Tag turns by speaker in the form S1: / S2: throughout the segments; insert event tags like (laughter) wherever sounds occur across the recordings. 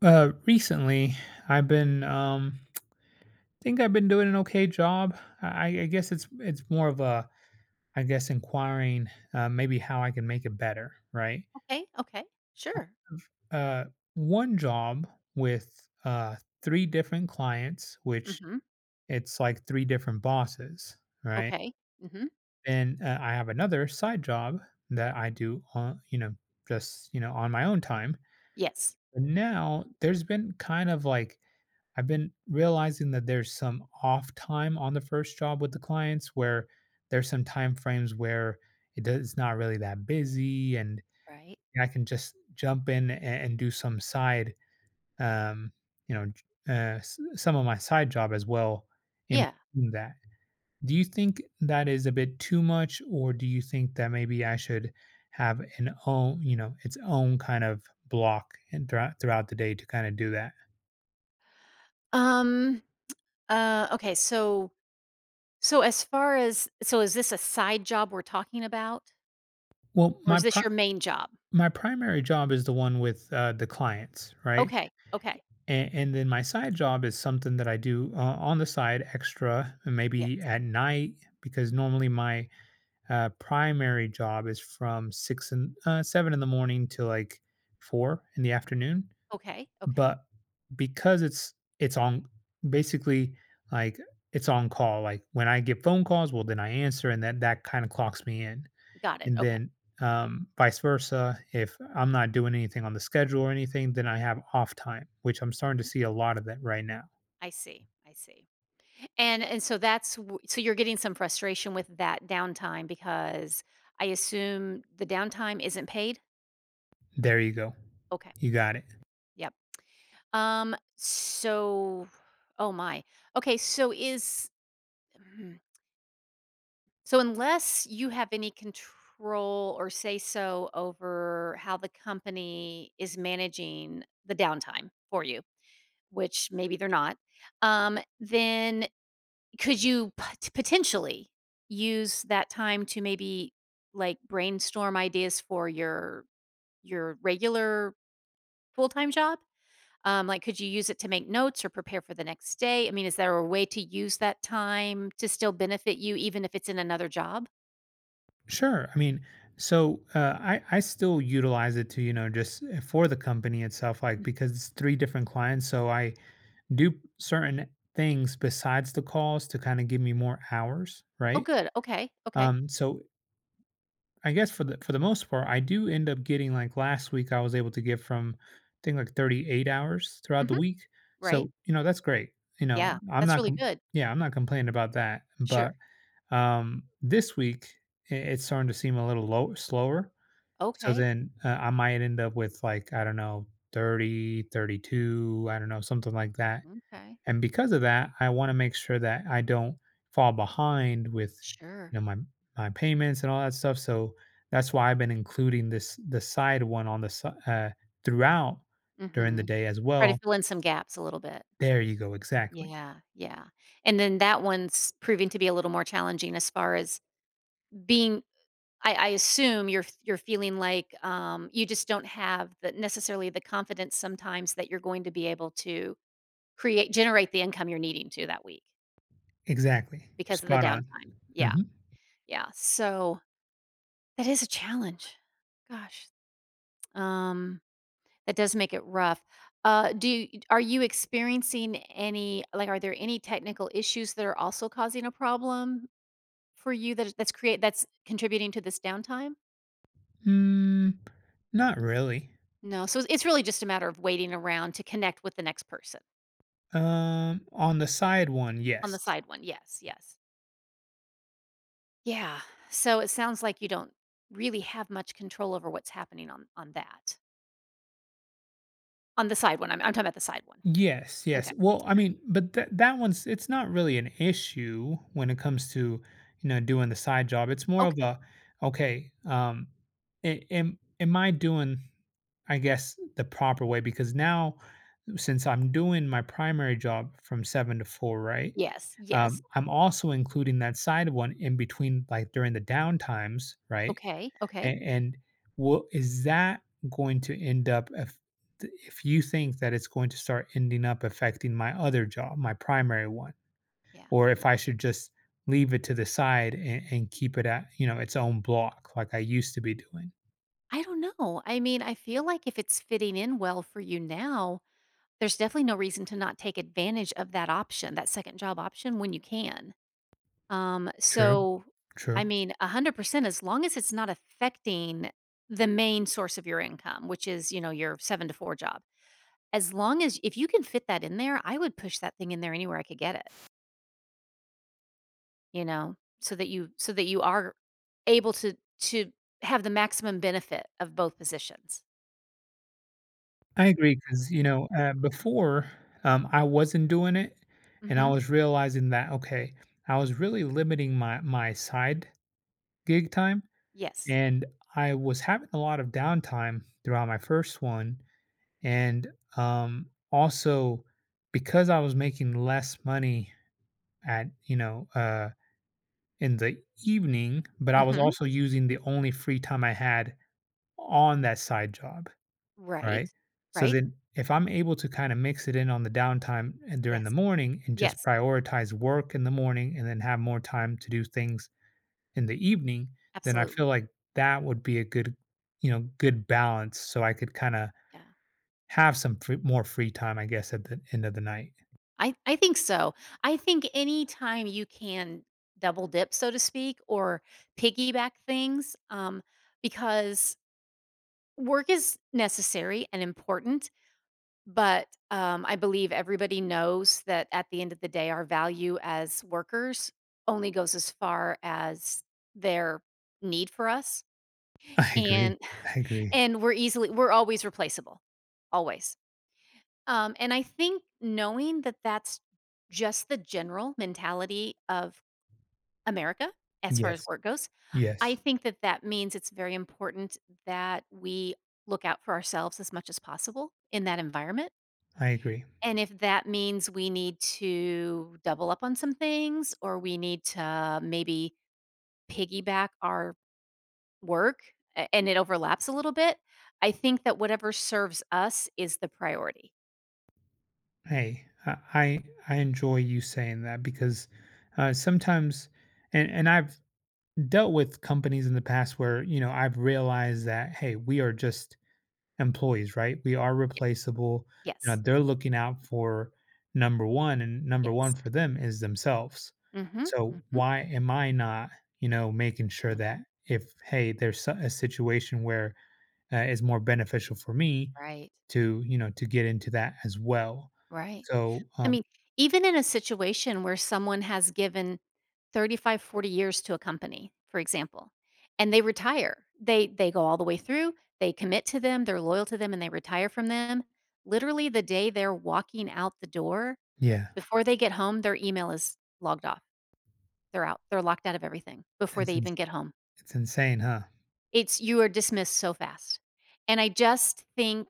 S1: Recently, I've been think I've been doing an okay job. I guess it's more of a I guess inquiring maybe how I can make it better, right?
S2: Okay, okay, sure.
S1: Uh, One job with uh three different clients, which
S2: Mhm,
S1: it's like three different bosses, right?
S2: okay, mhm,
S1: And I have another side job that I do on just on my own time.
S2: yes,
S1: But now there's been kind of like I've been realizing that there's some off time on the first job with the clients where there's some time frames where it does, it's not really that busy, and
S2: right,
S1: I can just jump in and do some side, um, you know, j- some of my side job as well in
S2: yeah.
S1: between that. Do you think that is a bit too much, or do you think that maybe I should have an own, you know, its own kind of block and throughout the day to kind of do that?
S2: Um, okay, so as far as is this a side job we're talking about?
S1: Well,
S2: Or
S1: my
S2: is this
S1: pri-
S2: your main job?
S1: My primary job is the one with, the clients, right?
S2: Okay, okay,
S1: And then my side job is something that I do o on the side extra, and maybe
S2: yes,
S1: at night, because normally my, primary job is from 6 and 7 in the morning to, like, 4 in the afternoon,
S2: okay, okay,
S1: but because it's on basically, like, it's on call, like, when I get phone calls, well, then I answer, and that kinda clocks me in,
S2: got it,
S1: and
S2: okay,
S1: then vice versa. If I'm not doing anything on the schedule or anything, then I have off time, which I'm starting to
S2: mhm,
S1: see a lot of that right now.
S2: I see, I see. And so that's w so you're getting some frustration with that downtime because I assume the downtime isn't paid?
S1: There you go.
S2: Okay,
S1: You got it.
S2: yep. Um, so oh my. Okay, so is hmm. So unless you have any control or say so over how the company is managing the downtime for you, which maybe they're not, then could you potentially use that time to maybe like brainstorm ideas for your regular full-time job? Like, could you use it to make notes or prepare for the next day? I mean, is there a way to use that time to still benefit you, even if it's in another job?
S1: Sure. I mean, so I still utilize it to just for the company itself, like
S2: Mm.
S1: because it's three different clients, so I do certain things besides the calls to kind of give me more hours,
S2: Oh,
S1: right?
S2: good. Okay. Okay.
S1: So I guess for the most part, I do end up getting like last week I was able to get from I think like 38 hours throughout the
S2: Hmm.
S1: week.
S2: Right.
S1: So, you know, that's great. You know,
S2: Yeah.
S1: I'm
S2: That's
S1: not
S2: really
S1: com-
S2: good.
S1: yeah, I'm not complaining about that. But
S2: Sure.
S1: this week it's starting to seem a little low slower. So
S2: Okay.
S1: then I might end up with like I don't know 30, 32. I don't know, something like that.
S2: Okay.
S1: And because of that, I wanna make sure that I don't fall behind with,
S2: Sure.
S1: you know, my payments and all that stuff, so that's why I've been including this the side one on the si throughout during the
S2: Hmm.
S1: day as
S2: Try to
S1: well.
S2: fill in some gaps a little bit.
S1: There you go, exactly.
S2: Yeah. Yeah. And then that one's proving to be a little more challenging as far as being I assume you're feeling like, you just don't have the necessarily the confidence sometimes that you're going to be able to create generate the income you're needing to that week
S1: Exactly. You're
S2: because of the
S1: spot on.
S2: downtime. Yeah,
S1: Mhm.
S2: yeah. So, that is a challenge. Gosh, um, that does make it rough. Do you are you experiencing any are there any technical issues that are also causing a problem for you that that's contributing to this downtime?
S1: Mm, not really.
S2: No, so it's really just a matter of waiting around to connect with the next person
S1: On the side one,
S2: on the
S1: yes.
S2: side one. Yes, yes. Yeah. So it sounds like you don't really have much control over what's happening on that. On the side one. I'm talking about the side one.
S1: Yes,
S2: Okay.
S1: yes. Well, I mean, but that that one's it's not really an issue when it comes to, you know, doing the side job. It's more of
S2: Okay.
S1: a, okay, am I doing, I guess, the proper way? Because now, since I'm doing my primary job from seven to four, right?
S2: Yes. Yes.
S1: I'm also including that side one in between, like during the down times, right?
S2: Okay. Okay.
S1: And will is that going to end up if you think that it's going to start ending up affecting my other job, my primary one,
S2: Yeah.
S1: or if I should just leave it to the side and keep it at, you know, its own block like I used to be doing.
S2: I don't know. I mean, I feel like if it's fitting in well for you now, there's definitely no reason to not take advantage of that option, that second job option when you can. Um,
S1: True,
S2: so,
S1: true.
S2: I mean, 100% as long as it's not affecting the main source of your income, which is, you know, your 7 to 4 job. As long as if you can fit that in there, I would push that thing in there anywhere I could get it, you know, so that you are able to to have the maximum benefit of both positions.
S1: I agree because you know before I wasn't doing it, and I
S2: Mhm.
S1: was realizing that okay, I was really limiting my my side gig time.
S2: Yes.
S1: And I was having a lot of downtime throughout my first one, and, also because I was making less money at, you know, in the evening, but I was
S2: Mhm.
S1: also using the only free time I had on that side job. All
S2: Right.
S1: right, so
S2: Right.
S1: then if I'm able to kinda mix it in on the downtime and during the
S2: Yes.
S1: morning and just
S2: Yes.
S1: prioritize work in the morning and then have more time to do things in the evening, then I feel
S2: Absolutely.
S1: like that would be a good you know, good balance so I could kinda
S2: Yeah.
S1: have some free more free time, I guess, at the end of the night.
S2: I think so. I think anytime you can double dip, so to speak, or piggyback things, because work is necessary and important, but I believe everybody knows that at the end of the day, our value as workers only goes as far as their need for us,
S1: (laughs) I agree,
S2: and
S1: I
S2: (laughs)
S1: agree.
S2: and we're always replaceable, always. And I think knowing that that's just the general mentality of America as far as
S1: Yes,
S2: work goes, I
S1: yes,
S2: think that that means it's very important that we look out for ourselves as much as possible in that environment.
S1: I agree.
S2: And if that means we need to double up on some things or we need to maybe piggyback our work and it overlaps a little bit, I think that whatever serves us is the priority.
S1: Hey, I enjoy you saying that because, sometimes and I've dealt with companies in the past where, you know, I've realized that, "Hey, we are just employees, right? We are replaceable. You
S2: Yes.
S1: know, they're looking out for number one, and number one
S2: Yes.
S1: for them is themselves.
S2: Mhm.
S1: So
S2: Mhm.
S1: why am I not, you know, making sure that
S2: Mhm.
S1: if hey, there's a situation where it's more beneficial for me
S2: Right.
S1: to, you know, to get into that as well.
S2: Right.
S1: So
S2: I mean, even in a situation where someone has given 35, 40 years to a company, for example, and they retire, they go all the way through, they commit to them, they're loyal to them, and they retire from them. Literally, the day they're walking out the door,
S1: yeah,
S2: before they get home, their email is logged off. They're out. They're locked out of everything before they
S1: it's
S2: even
S1: ins-
S2: get home.
S1: it's insane, huh?
S2: It's you are dismissed so fast. And I just think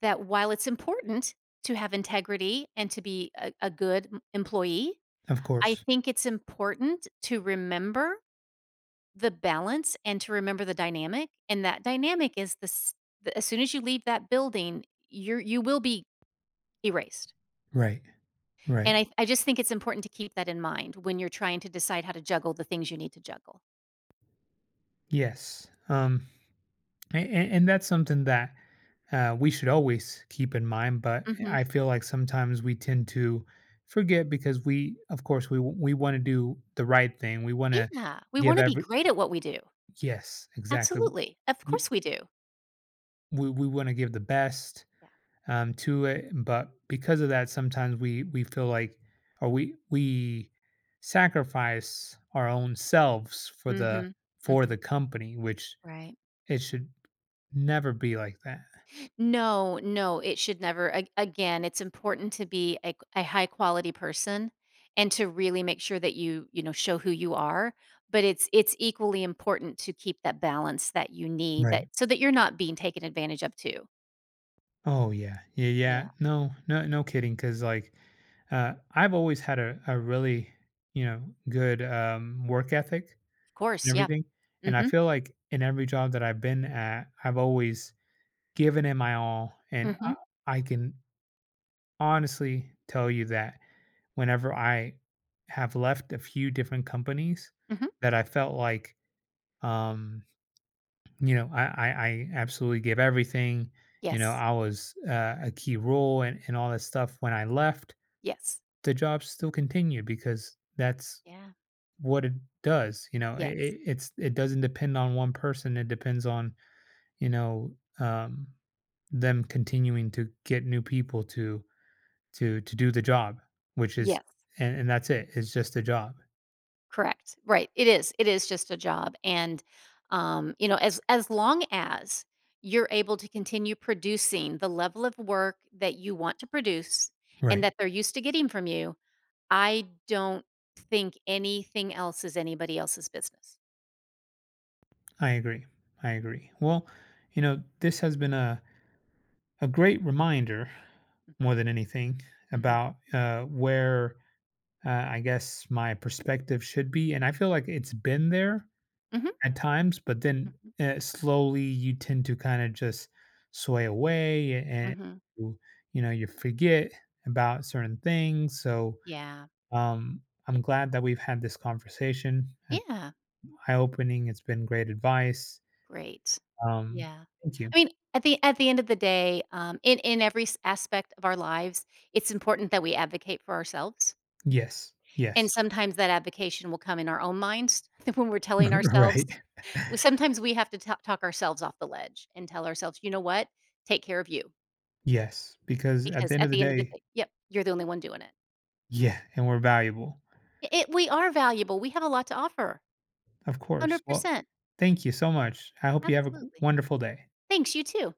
S2: that while it's important to have integrity and to be a good employee,
S1: Of
S2: I
S1: course,
S2: think it's important to remember the balance and to remember the dynamic, and that dynamic is this the as soon as you leave that building, you will be erased,
S1: right,
S2: and
S1: right,
S2: I just think it's important to keep that in mind when you're trying to decide how to juggle the things you need to juggle.
S1: yes. And that's something that we should always keep in mind. But
S2: Mhm.
S1: I feel like sometimes we tend to forget because we, of course, we want to do the right thing. We want to
S2: Yeah, we
S1: give
S2: wanna be
S1: every
S2: great at what we do.
S1: yes, exactly.
S2: Absolutely. Of
S1: We
S2: course we do.
S1: we want to give the best
S2: Yeah.
S1: to it, but because of that, sometimes we feel like or we sacrifice our own selves
S2: Mm. Mhm. Mm.
S1: for
S2: Mhm.
S1: the company, which
S2: Right.
S1: it should never be like that.
S2: No, no, it should never. A- again, it's important to be a high quality person and to really make sure that you know, show who you are. But it's equally important to keep that balance that you need that
S1: Right.
S2: so that you're not being taken advantage of too.
S1: Oh yeah, yeah,
S2: Yeah,
S1: yeah.
S2: of
S1: No, no, no kidding. Because like, I've always had a really, you know, good work ethic and
S2: course. Yeah.
S1: everything, and I
S2: Mm-hmm.
S1: feel like in every job that I've been at, I've always given it my all, and
S2: Mm-hmm.
S1: I can honestly tell you that whenever I have left a few different companies
S2: Mm-hmm.
S1: that I felt like um, you know, I absolutely gave everything. You know,
S2: Yes.
S1: I was a key role and all that stuff. When I left,
S2: Yes.
S1: the job still continued because that's
S2: Yeah.
S1: what it does. You know,
S2: Yes.
S1: it's it doesn't depend on one person. It depends on you know um, them continuing to get new people to do the job, which is
S2: Yes.
S1: and that's it. It's just a job.
S2: Correct. Right. It is. It is just a job, and, you know, as long as you're able to continue producing the level of work that you want to produce and
S1: Right.
S2: that they're used to getting from you, I don't think anything else is anybody else's business.
S1: I agree. I agree. Well, you know, this has been a great reminder
S2: Mhm.
S1: more than anything
S2: Mhm.
S1: about where I guess my perspective should be. And I feel like it's been there
S2: Mhm.
S1: at times, but then
S2: Mhm.
S1: slowly you tend to kind of just sway away and
S2: Mhm.
S1: you you know you forget about certain things. So
S2: Yeah.
S1: um, I'm glad that we've had this conversation. It's
S2: Yeah.
S1: Eye opening. It's been great advice.
S2: Great.
S1: Um,
S2: Yeah.
S1: thank you.
S2: I mean, at the end of the day, in every s aspect of our lives, it's important that we advocate for ourselves.
S1: Yes.
S2: And
S1: Yes.
S2: sometimes that advocation will come in our own minds (laughs) when we're telling
S1: (laughs)
S2: ourselves
S1: right.
S2: well, sometimes we have to ta talk ourselves off the ledge and tell ourselves, "You know what? Take care of you,
S1: Yes. Because at
S2: because
S1: the end
S2: at
S1: of the
S2: the end of the
S1: day,
S2: day." Yep, "you're the only one doing it."
S1: yeah, and we're valuable.
S2: We are valuable, we have a lot to offer,
S1: Of course. Well,
S2: 100%,
S1: thank you so much. I hope you have a
S2: absolutely.
S1: wonderful day.
S2: Thanks, you too.